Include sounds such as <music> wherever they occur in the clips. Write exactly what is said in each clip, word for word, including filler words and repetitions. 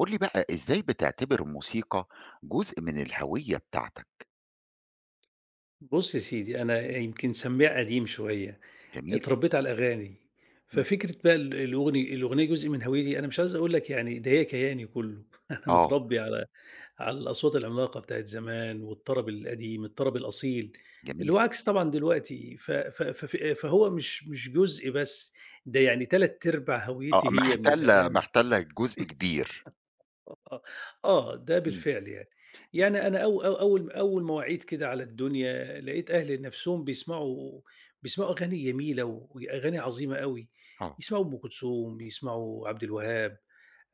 قُل لي بقى إزاي بتعتبر الموسيقى جزء من الهوية بتاعتك؟ بُص يا سيدي، أنا يمكن سمّاع قديم شوية، جميل. اتربّيت على الأغاني، إمم. ففكرة بقى ال الأغني الأغنية جزء من هويتي، أنا مش عايز أقول لك يعني ده هي كياني كُلّه. <laughs> أنا آه، متربّي على على الأصوات العملاقة بتاعة زمان والطرب القديم، الطرب الأصيل، اللي جميل. هو عكس طبعًا دلوقتي، ف ف فف فهو مش مش جزء بس، ده يعني تلات أرباع آه، هويتي هي من محتلة الأغاني. محتلة جزء كبير. آه، آه، ده إمم. بالفعل يعني. يعني أنا أو أو أول أول مواعيد كده على الدنيا، لقيت أهلي نَفْسهم بيسمعوا بيسمعوا أغاني جميلة وأغاني عظيمة أوي، آه. يسمعوا أم كلثوم، يسمعوا عبد الوهاب،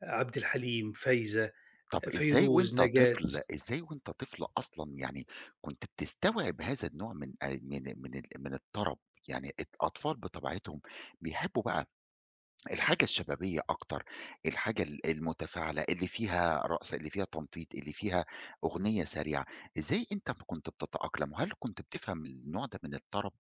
عبد الحليم، فايزة، طب إزاي فيروز، وأنت نجاة. طفل إزاي وأنت طفل أصلًا يعني كنت بتستوعب هذا النوع من آآ من من ال من الطرب؟ يعني الأطفال بطبيعتهم بيحبّوا بقى الحاجة الشبابية أكتر، الحاجة ال المتفاعلة، اللي فيها رقص، اللي فيها تنطيط، اللي فيها أغنية سريعة، إزاي أنت ب كنت بتتأقلم؟ وهل كنت بتفهم النوع ده من الطرب؟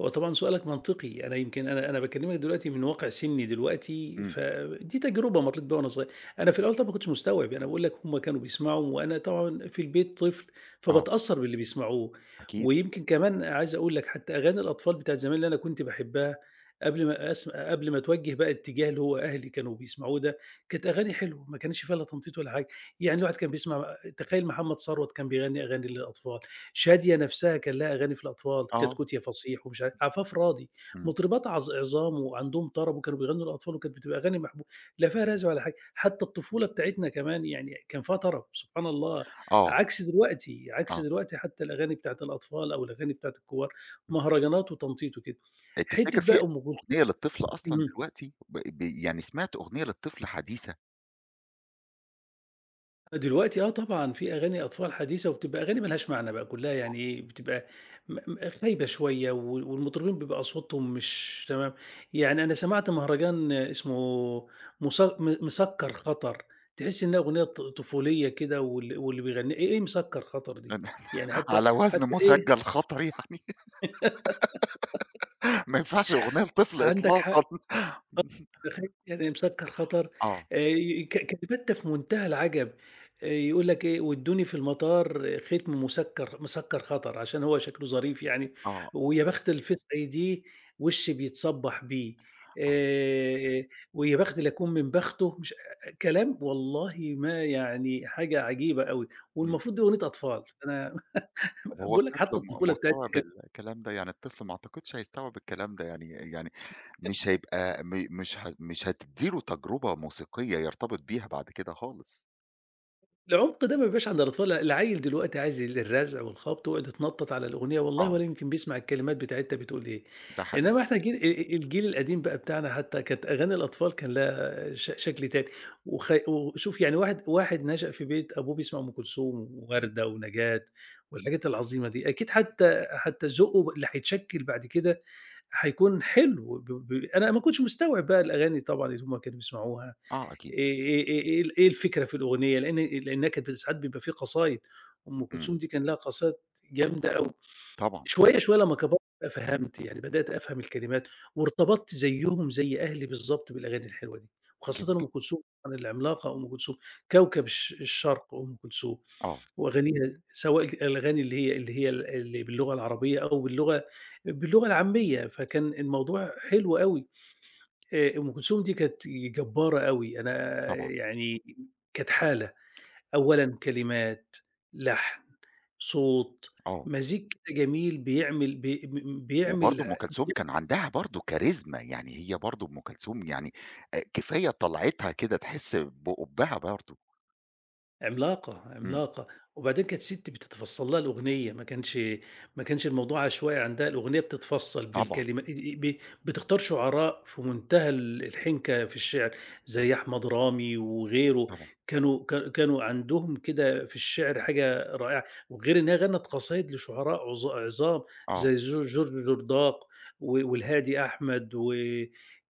هو طبعًا سؤالك منطقي، أنا يمكن أنا أنا باكلمك دلوقتي من واقع سني دلوقتي، إمم، فدي تجربة مرّيت بيها وأنا صغير. أنا في الأول طبعًا ما كنتش مستوعب، يعني أنا باقول لك هم كانوا بيسمعوا وأنا طبعًا في البيت طفل، آه، فباتأثّر باللي بيسمعوه. أكيد، ويمكن كمان عايز أقول لك حتى أغاني الأطفال بتاعة زمان اللي أنا كنت باحبها قبل ما أسم قبل ما أتوجه بقى الاتجاه اللي هو أهلي كانوا بيسمعوه ده، كانت أغاني حلوة، ما كانش فيها لا تنطيط ولا حاجة. يعني الواحد كان بيسمع تخيل محمد ثروت كان بيغني أغاني للأطفال. شادية نفسها كان لها أغاني في الأطفال، آه، كتكوت يا فصيح ومش عارف عفاف راضي، إمم، مطربات عظ عظام وعندهم طرب وكانوا بيغنوا للأطفال وكانت بتبقى أغاني محبوبة، لا فيها رزع ولا حاجة، حتى الطفولة بتاعتنا كمان يعني كان فيها طرب سبحان الله، آه، عكس دلوقتي، عكس آه، دلوقتي حتى الأغاني بتاعة الأطفال أو الأغاني بتاعة الكبار، إمم، مهرجانات وتنطيط وكده. آه، تفتكر حتة بقى في أم كلثو أغنية للطفل أصلًا اهم. دلوقتي ب ب يعني سمعت أغنية للطفل حديثة. دلوقتي آه طبعًا، في أغاني أطفال حديثة وبتبقى أغاني ما لهاش معنى بقى كلّها يعني إيه، بتبقى م م خايبة شوية و والمطربين بيبقى أصواتهم مش تمام، يعني أنا سمعت مهرجان اسمه مس م مسكّر خطر، تحس إنها أغنية ط طفولية كده وال واللي بيغنيها إيه إيه مسكّر خطر دي! يعني <laughs> حتى على وزن حتى إيه. مسجل خطر يعني. <laughs> <laughs> ما ينفعش أغنية لطفل عندك إطلاقًا. حق. <laughs> تخيل يعني مسكّر خطر، آه، آآ ي ك كلمات ده في منتهى العجب، آآ يقول لك إيه: "وادّوني في المطار ختم مسكّر مسكّر خطر." عشان هو شكله ظريف يعني، آه، ويا بخت الفِسحي دي وِش بيتصبّح بيه، آه، آآ ويا بخت اللي يكون من بخته مش، آآ كلام والله ما يعني حاجة عجيبة أوي، إمم. والمفروض دي أغنية أطفال، أنا <laughs> طب هو باقول لك الطفل حتى م الطفولة بتاعتنا مستوعب كانت. الكلام ده؟ يعني الطفل ما أعتقدش هيستوعب الكلام ده، يعني يعني مش هيبقى م مش ه مش هتدّي له تجربة موسيقية يرتبط بيها بعد كده خالص. العُمق ده ما بيبقاش عند الأطفال، العيّل دلوقتي عايز ال الرزع والخبط ويقعد يتنطّط على الأغنية والله آه، ولا يمكن بيسمع الكلمات بتاعتها بتقول إيه، ده حقيقي، إنّما إحنا جيل آآ آآ الجيل القديم بقى بتاعنا حتّى كانت أغاني الأطفال كان لها ش شكل تاني، وخ وشوف يعني واحد واحد نشأ في بيت أبوه بيسمع أم كلثوم إمم، ووردة ونجاة والحاجات العظيمة دي، أكيد حتّى حتّى ذوقه ب اللي هيتشكِّل بعد كده هيكون حلو، ب ب أنا ما كنتش مستوعب بقى الأغاني طبعًا اللي هم كانوا بيسمعوها، آه أكيد، إيه إيه إيه إيه ال إيه الفكرة في الأغنية؟ لإن لإنها كانت ساعات بيبقى في قصايد، أم إمم، كلثوم دي كان لها قصايد جامدة أوي. طبعًا، شوية، شوية لمّا كبرت بقى فهمت، يعني بدأت أفهم الكلمات وارتبطت زيّهم زي أهلي بالضبط بالأغاني الحلوة دي، وخاصةً جميل، أم كلثوم طبعًا العملاقة أم كلثوم، كوكب الش الشرق أم كلثوم، آه، وأغانيها سواء الأغاني اللي هي اللي هي ال اللي باللغة العربية أو باللغة باللغة العامية، فكان الموضوع حلو أوي. آآ أم كلثوم دي كانت جبّارة أوي، أنا طبعًا، يعني كانت حالة، أولًا كلمات، لحن، صوت، آه، مزيج كده جميل بيعمل بي م م وبرضه بيعمل أم كلثوم كان عندها برضه كاريزما، يعني هي برضه أم كلثوم يعني آآ كفاية طلعتها كده تحس بقُبّها برضه، عملاقة، إمم، عملاقة، وبعدين كانت سِتّي بتتفصّل لها الأغنية، ما كانش ما كانش الموضوع عشوائي عندها، الأغنية بتتفصّل طبعًا، بالكلمة، آآ، ب بتختار شعراء في منتهى ال الحنكة في الشعر، آه، زي أحمد رامي وغيره، طبعًا، كانوا ك كانوا عندهم كده في الشعر حاجة رائعة، وغير إن هي غنّت قصايد لشعراء عظ عظام زي آه، جو جورج جرداق و آه، والهادي أحمد و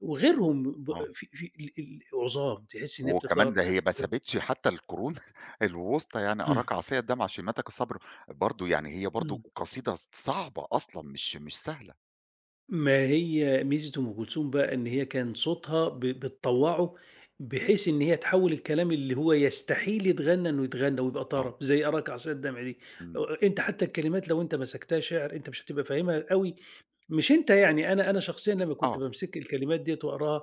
وغيرهم ب آه. في في ال ال عظام، تحسّي إن هي وكمان بتختار. ده هي ما بت سابتش حتى القرون <laughs> الوسطى يعني <clears throat> إمم، أراك عصية الدمع شيمتك الصبر، برضه يعني هي برضه إمم. قصيدة صعبة أصلًا مش مش سهلة. ما هي ميزة أم كلثوم بقى إن هي كان صوتها ب بتطوّعه بحيث إن هي تحوّل الكلام اللي هو يستحيل يتغنى إنه يتغنى ويبقى آه، طرب، زي أراك عصير الدمع دي، إمم، آآ أنت حتى الكلمات لو أنت مسكتها شِعر أنت مش هتبقى فاهمها أوي، مش أنت يعني أنا أنا شخصيًا لمّا كنت آه، بامسك الكلمات ديّة وأقراها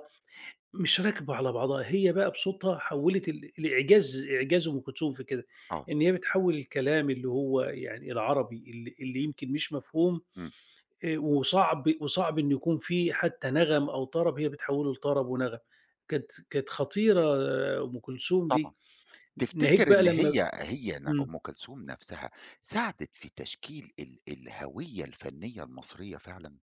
مش راكبة على بعضها، هي بقى بصوتها حوّلت ال الإعجاز، إعجاز أم كلثوم في كده، آه، إن هي بتحوّل الكلام اللي هو يعني العربي اللي اللي يمكن مش مفهوم إمم، آآ وصعب، وصعب إن يكون في حتى نغم أو طرب، هي بتحوّله لطرب ونغم. كانت كانت خطيرة، آه، أم كلثوم دي. طبعًا. ناهيك تفتكر بقى إن لمّا، هي هي ن إمم. أم كلثوم نفسها ساعدت في تشكيل ال الهوية الفنية المصرية فعلًا؟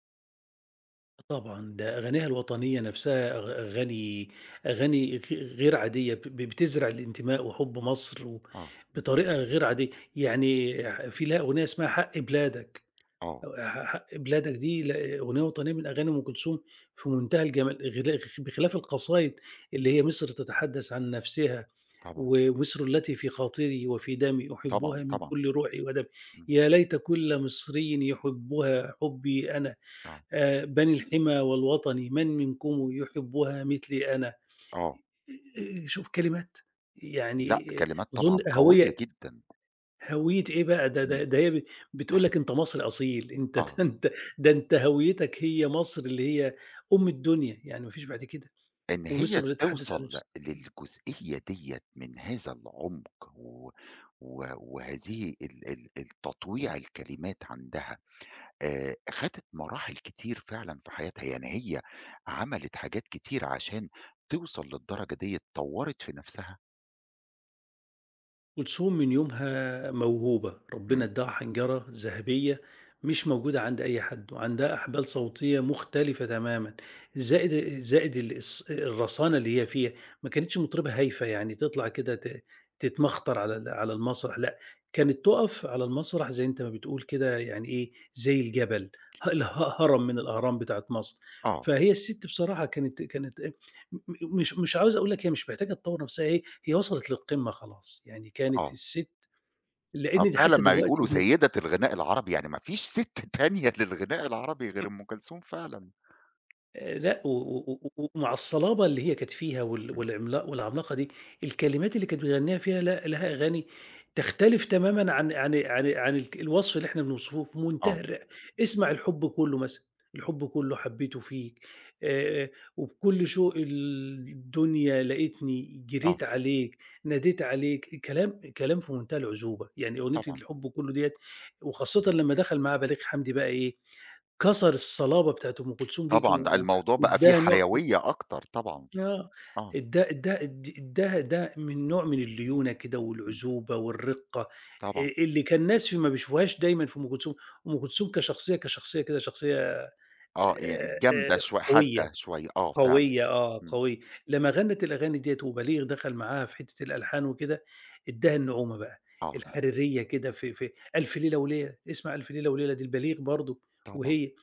طبعًا، ده أغانيها الوطنية نَفْسها أغ أغاني أغاني غ غير عادية، ب بتزرع الانتماء وحُب مصر و آه، بطريقة غير عادية. يعني ح في لها أغنية اسمها حق بلادك، آه، أو ح حق بلادك دي ل أغنية وطنية من أغاني أم كلثوم في منتهى الجمال، غلا بخلاف القصايد اللي هي مصر تتحدث عن نَفْسها. طبعًا، ومصر التي في خاطري وفي دمي طبعًا، أحبها من طبعًا، كل روحي ودمي، إمم، يا ليت كل مصري يحبها حبي أنا، آه، آه، بني الحمى والوطن من منكم يحبها مثلي أنا، آه، آه، شوف كلمات لأ يعني، آه، كلمات أظن طبعًا قوية هوية، جدًا، هوية إيه بقى ده إمم، ده, ده هي بتقول <laughs> لك أنت مصري أصيل أنت، <laughs> ده آه. أنت، ده أنت هويتك هي مصر اللي هي أم الدنيا يعني مفيش بعد كده. إن هي ومصر لا تحدث عن توصل نفسها، للجزئية ديّة من هذا العمق و و وهذه ال ال التطويع الكلمات عندها، آآ، خَدِت مراحل كتير فعلًا في حياتها، يعني هي عملت حاجات كتير عشان توصل للدرجة ديّة، طوّرت في نفسها؟ كلثوم من يومها موهوبة، ربنا إمم، اداها حنجرة ذهبية مش موجودة عند أي حد، وعندها أحبال صوتية مختلفة تمامًا، زائد زائد الإص الرصانة اللي هي فيها، ما كانتش مطربة هايفة يعني تطلع كده ت تتمخطر على ال على المسرح، لأ، كانت تُقف على المسرح زي أنت ما بتقول كده يعني إيه، زي الجبل، ه ال ه هرم من الأهرام بتاعة مصر، آه، فهي الست بصراحة كانت كانت م م مش مش عاوز أقول لك هي مش محتاجة تطوّر نفسها، هي هي وصلت للقمة خلاص، يعني كانت آه، الست، آه لإن دي فعلًا حتى ما بيقولوا دلوقتي، سيدة الغناء العربي، يعني ما فيش سِت <laughs> تانية للغناء العربي غير أم كلثوم فعلًا، آآ لأ، و و و ومع الصلابة اللي هي كانت فيها وال إمم، والعملا والعملاقة دي، الكلمات اللي كانت بتغنّيها فيها لأ، لها أغاني تختلف تمامًا عن عن عن عن الك الوصف اللي إحنا بنوصفوه في منتهى آه، الر اسمع الحب كُلّه مثلًا، الحب كُلّه حبيته فيك، آآ وبكل شوق الدنيا لقيتني، آه، جريت عليك، ناديت عليك، كلام كلام في منتهى العذوبة، يعني أغنية طبعًا، الحب كُلّه ديّة وخاصةً لمّا دخل معاها بليغ حمدي بقى إيه، كسر الصلابة بتاعة أم كلثوم ديّة طبعًا، و الموضوع بقى فيه ادّاها نوع، حيوية أكتر طبعًا. آه، آه، ادّاها ادّاها اد ادّاها ده من نوع من الليونة كده إمم، والعزوبة والرِّقّة، آآ طبعًا، اللي كان الناس ما بيشوفوهاش دايمًا في أم كلثوم، أم كلثوم كشخصية كشخصية كده شخصية آآ آه، ي جامدة آآ شوي حادة قوية، شوية، آه فعلًا، قوية، آه، إمم، قوية، لمّا غنّت الأغاني ديّة وبليغ دخل معاها في حتّة الألحان وكده، ادّاها النعومة بقى، آه، الحريّة كده في في ألف ليلة وليلة، اسمع ألف ليلة وليلة دي لبليغ برضه طبعًا، وهي.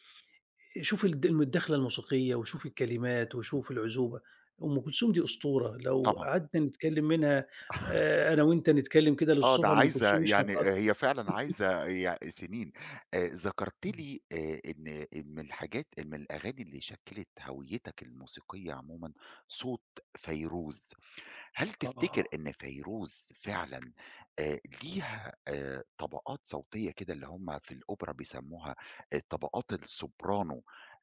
شوف الد الدخلة الموسيقية وشوف الكلمات إمم، وشوف العزوبة، أم كلثوم دي أسطورة، لو طبعًا، قعدنا نتكلم منها <laughs> آآ أنا وأنت نتكلم كده آه، ده للصبح عن أم عايزة كلثوم مش يعني هنتقط. هي فعلًا عايزة يع سنين. آآ، ذكرتِ لي آآ، إن من الحاجات من الأغاني اللي شكلت هويتك الموسيقية عمومًا صوت فيروز. هل تفتكر آه. إن فيروز فعلًا آآ ليها آآ طبقات صوتية كده اللي هم في الأوبرا بيسموها آآ طبقات السوبرانو،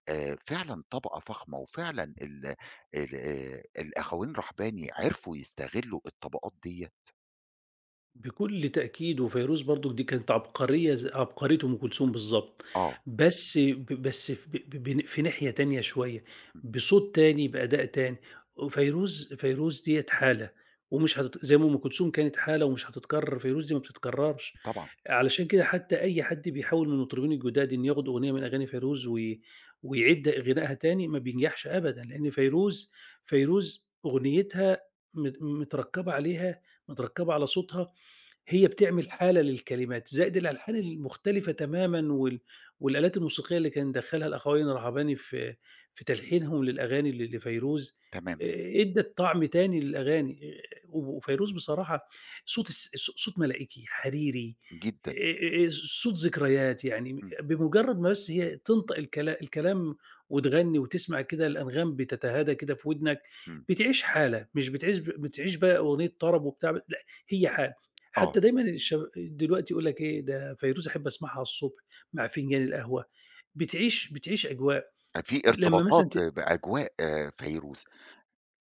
آآ فعلًا طبقة فخمة وفعلًا ال ال آآ الأخوين رحباني عرفوا يستغلّوا الطبقات ديّة؟ بكل تأكيد، وفيروز برضه دي كانت عبقرية ز عبقرية أم كلثوم بالضبط، آه، بس ب بس ب ب ب في ناحية تانية شوية، إمم، بصوت تاني، بأداء تاني، فيروز فيروز ديّة حالة ومش هتت زي ما أم كلثوم كانت حالة ومش هتتكرر، فيروز دي ما بتتكررش، طبعًا، علشان كده حتى أي حد بيحاول من المطربين الجداد إن ياخدوا أغنية من أغاني فيروز وي ويعيد غنائها تاني ما بينجحش أبدًا، لأن فيروز فيروز أغنيتها مت متركبة عليها متركبة على صوتها، هي بتعمل حالة للكلمات، زائد الألحان المختلفة تمامًا وال والآلات الموسيقية اللي كان دخّلها الأخوين الرهباني في في تلحينهم للأغاني ل لفيروز، تمام، آآ ادّت طعم تاني للأغاني، آآ وفيروز بصراحة صوت الس صوت ملائكي، حريري، جدًا، آآ صوت ذكريات، يعني إمم، بمجرّد ما بس هي تنطق الكلا الكلام وتغني وتسمع كده الأنغام بتتهادى كده في ودنك، إمم، بتعيش حالة، مش بتعيش بتعيش بقى أغنية طرب وبتاع، لأ هي حالة. آه، حتى دايمًا الشب دلوقتي يقول لك إيه، ده فيروز أحب أسمعها على الصبح مع فنجان القهوة، بتعيش بتعيش أجواء، في لمّا ارتباطات مثلًا، بأجواء آه، فيروز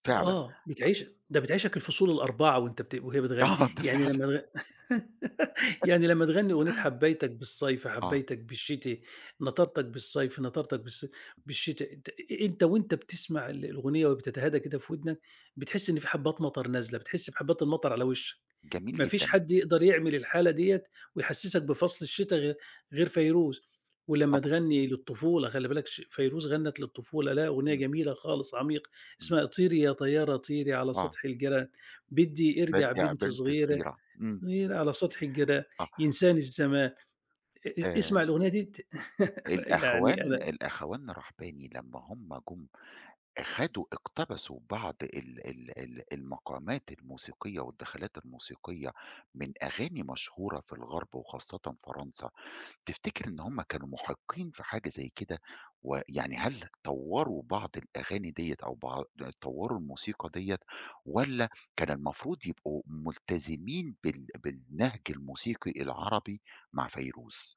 فعلًا، آه، بتعيش، ده بتعيشك الفصول ال4 وأنت بت وهي بتغني، آه ده يعني فعلًا، لمّا تغ <laughs> يعني لمّا تغني أغنية حبيتك بالصيف، آه، حبيتك بالشتي، نطرتك بالصيف، نطرتك بالص بالشتي، أنت أنت وأنت بتسمع ال الأغنية وهي بتتهادى كده في ودنك، بتحس إن في حبّات مطر نازلة، بتحس بحبّات المطر على وشّك، جميل ما فيش جدًا، حد يقدر يعمل الحالة ديّة ويحسّسك بفصل الشتا غير غير فيروز، ولمّا طبعًا، تغني للطفولة خلّي بالك ش فيروز غنّت للطفولة، لها أغنية إمم، جميلة خالص عميقة. إمم، اسمها طيري يا طيارة طيري على آه. سطح الجيران، بدي ارجع بادّي بنت بنت صغيرة صغيرة، إمم. طيري على سطح الجيران، آه، ينساني الزمان، أ أ آآ اسمع الأغنية دي ت <laughs> يعني الأخوان أنا الأخوان الرحباني لمّا هُم جُم خدوا اقتبسوا بعض ال ال ال المقامات الموسيقية والدخلات الموسيقية من أغاني مشهورة في الغرب وخاصةً فرنسا. تفتكر إن هم كانوا مُحَيطين في حاجة زي كده، ويعني هل طوّروا بعض الأغاني ديّة أو بع طوّروا الموسيقى ديّة، والّا كان المفروض يبقوا ملتزمين بال بالنهج الموسيقي العربي مع فيروز؟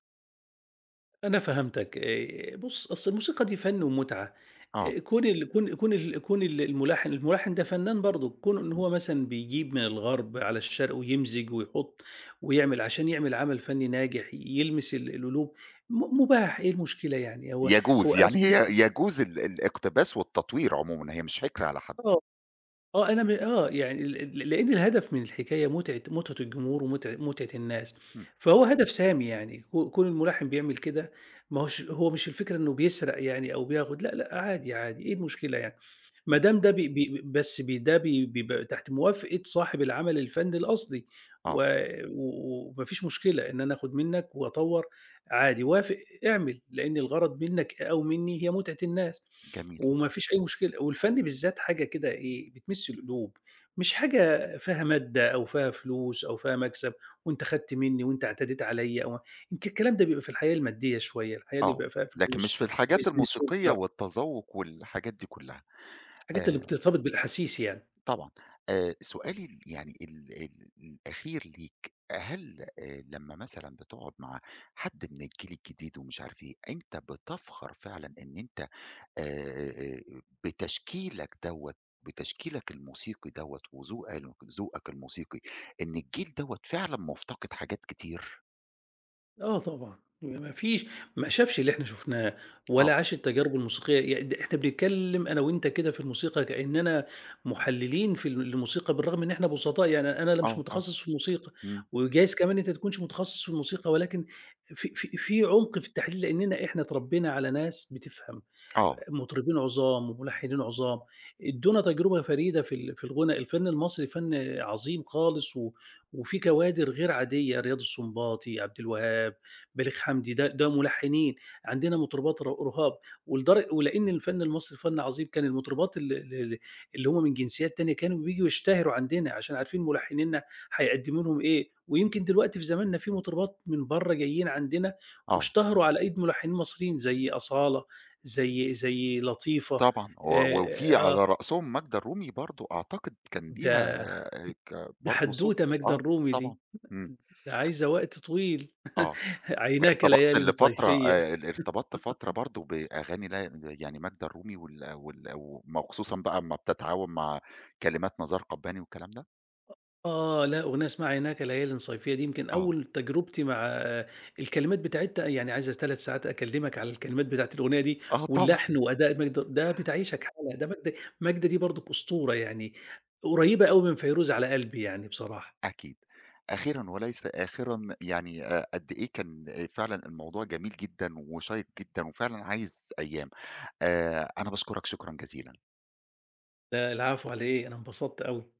أنا فهمتك، آآ، بُص أصل الموسيقى دي فن ومتعة، آه، آآ، كون ال كون كون ال كون ال الملحن الملحن ده فنان برضه، كونه إن ي هو مثلًا بيجيب من الغرب على الشرق ويمزج ويحط ويعمل عشان يعمل عمل فني ناجح يلمس ال القلوب، م مباح، إيه المشكلة يعني، هو يجوز، هو يعني أصل، هي يجوز ال الاقتباس والتطوير عمومًا، هي مش حِكر على حد. آه. آه، أنا م آه، يعني ال ال لإن الهدف من الحكاية متعة متعة الجمهور ومتع متعة الناس، إمم، فهو هدف سامي يعني كو كون المُلحِّن بيعمل كده، ما هوش هو مش الفكرة إنه بيسرق يعني أو بياخد، لأ، لأ، عادي، عادي إيه المشكلة يعني؟ ما إمم، دام ده بي بي بس بي ده بي بيبقى تحت موافقة صاحب العمل الفني الأصلي، و آه، و وما فيش مشكلة إن أنا آخُد منّك وأطوّر، عادي، وافق، اعمل، لإن الغرض منّك أو منّي هي متعة الناس جميل، وما فيش أي مشكلة، والفن بالذات حاجة كده إيه، بتمِس القلوب، مش حاجة فيها مادة أو فيها فلوس أو فيها مكسب وأنت خدت منّي وأنت اعتديت عليّا أو، يمكن الكلام ده بيبقى في الحياة المادية شوية، الحياة اللي آه، بيبقى فيها لكن مش فلوس في الحاجات وbusiness الموسيقية والتجارة، والتذوُق والحاجات دي كلّها. الحاجات اللي آآ بترتبط بالأحاسيس يعني. طبعًا. آآ سؤالي ال يعني ال ال الأخير ليك، هل آآ لمّا مثلًا بتقعد مع حد من الجيل الجديد ومش عارف إيه، أنت بتفخر فعلًا إن أنت آآ بتشكيلك دوّة، بتشكيلك الموسيقي دوّة وذوق ال ذوقك الموسيقي، إن الجيل دوّة فعلًا مفتقد حاجات كتير؟ آه طبعًا، ما فيش، ما شافش اللي إحنا شُفناه، آه، ولا عاش التجارب الموسيقية، يع د إحنا بنتكلم أنا وأنت كده في الموسيقى كإننا محللين في ال الموسيقى، بالرغم إن إحنا بسطاء، يعني أنا لا مش آه، آه. متخصص في الموسيقى، إمم. وجايز كمان أنت تكونش متخصص في الموسيقى، ولكن في في في عُمق في التحليل، لإننا إحنا اتربينا على ناس بتفهم. آه، مطربين عظام وملحنين عظام، ادّونا تجربة فريدة في ال في الغُنى، الفن المصري فن عظيم خالص و وفيه كوادر غير عادية، رياض السنباطي، عبد الوهاب، بليغ حمدي، ده ده ملحنين، عندنا مطربات ر رهاب، ولدر ولإن الفن المصري فن عظيم كان المطربات ال ال اللي هم من جنسيات تانية كانوا بييجوا يشتهروا عندنا، عشان عارفين ملحنيننا هيقدّموا لهم إيه، ويمكن دلوقتي في زماننا في مطربات من برّه جايين عندنا آه. واشتهروا على أيدي ملحنين مصريين زي أصالة، زي زي لطيفة. طبعًا، آآ و وفي آه، آه، على رأسهم ماجدة الرومي برضه، أعتقد كان ليها ده آآ ك ده برضه صوت. حدوتة ماجدة آه الرومي طبعًا، دي، إمم، ده عايزة وقت طويل، آه، <laughs> عيناك ارتبطت ليالٍ لفترة صيفية، آآ ال ارتبطت فترة برضه بأغاني، لا يعني ماجدة الرومي وال وال وم وخصوصًا بقى أمّا بتتعاون مع كلمات نزار قباني والكلام ده، آه، لأ أغنية اسمها عيناك ليالٍ صيفية دي يمكن آه، أول تجربتي مع، آه، الكلمات بتاعتها يعني عايزة 3 ساعات أكلمك على الكلمات بتاعة الأغنية دي، آه طبعًا، واللحن <laughs> وأداء ماجدة ده بتعيشك حالة، ده ماجدة ماجدة دي برضك أسطورة يعني، قريبة أوي من فيروز على قلبي يعني بصراحة، أكيد. أخيرًا وليس آخرًا، يعني آآ قد إيه كان آه، فعلًا الموضوع جميل جدًا وشيّق جدًا وفعلًا عايز أيام، آآ أنا باشكرك شكرًا جزيلًا. لا العفو على إيه، أنا انبسطت أوي.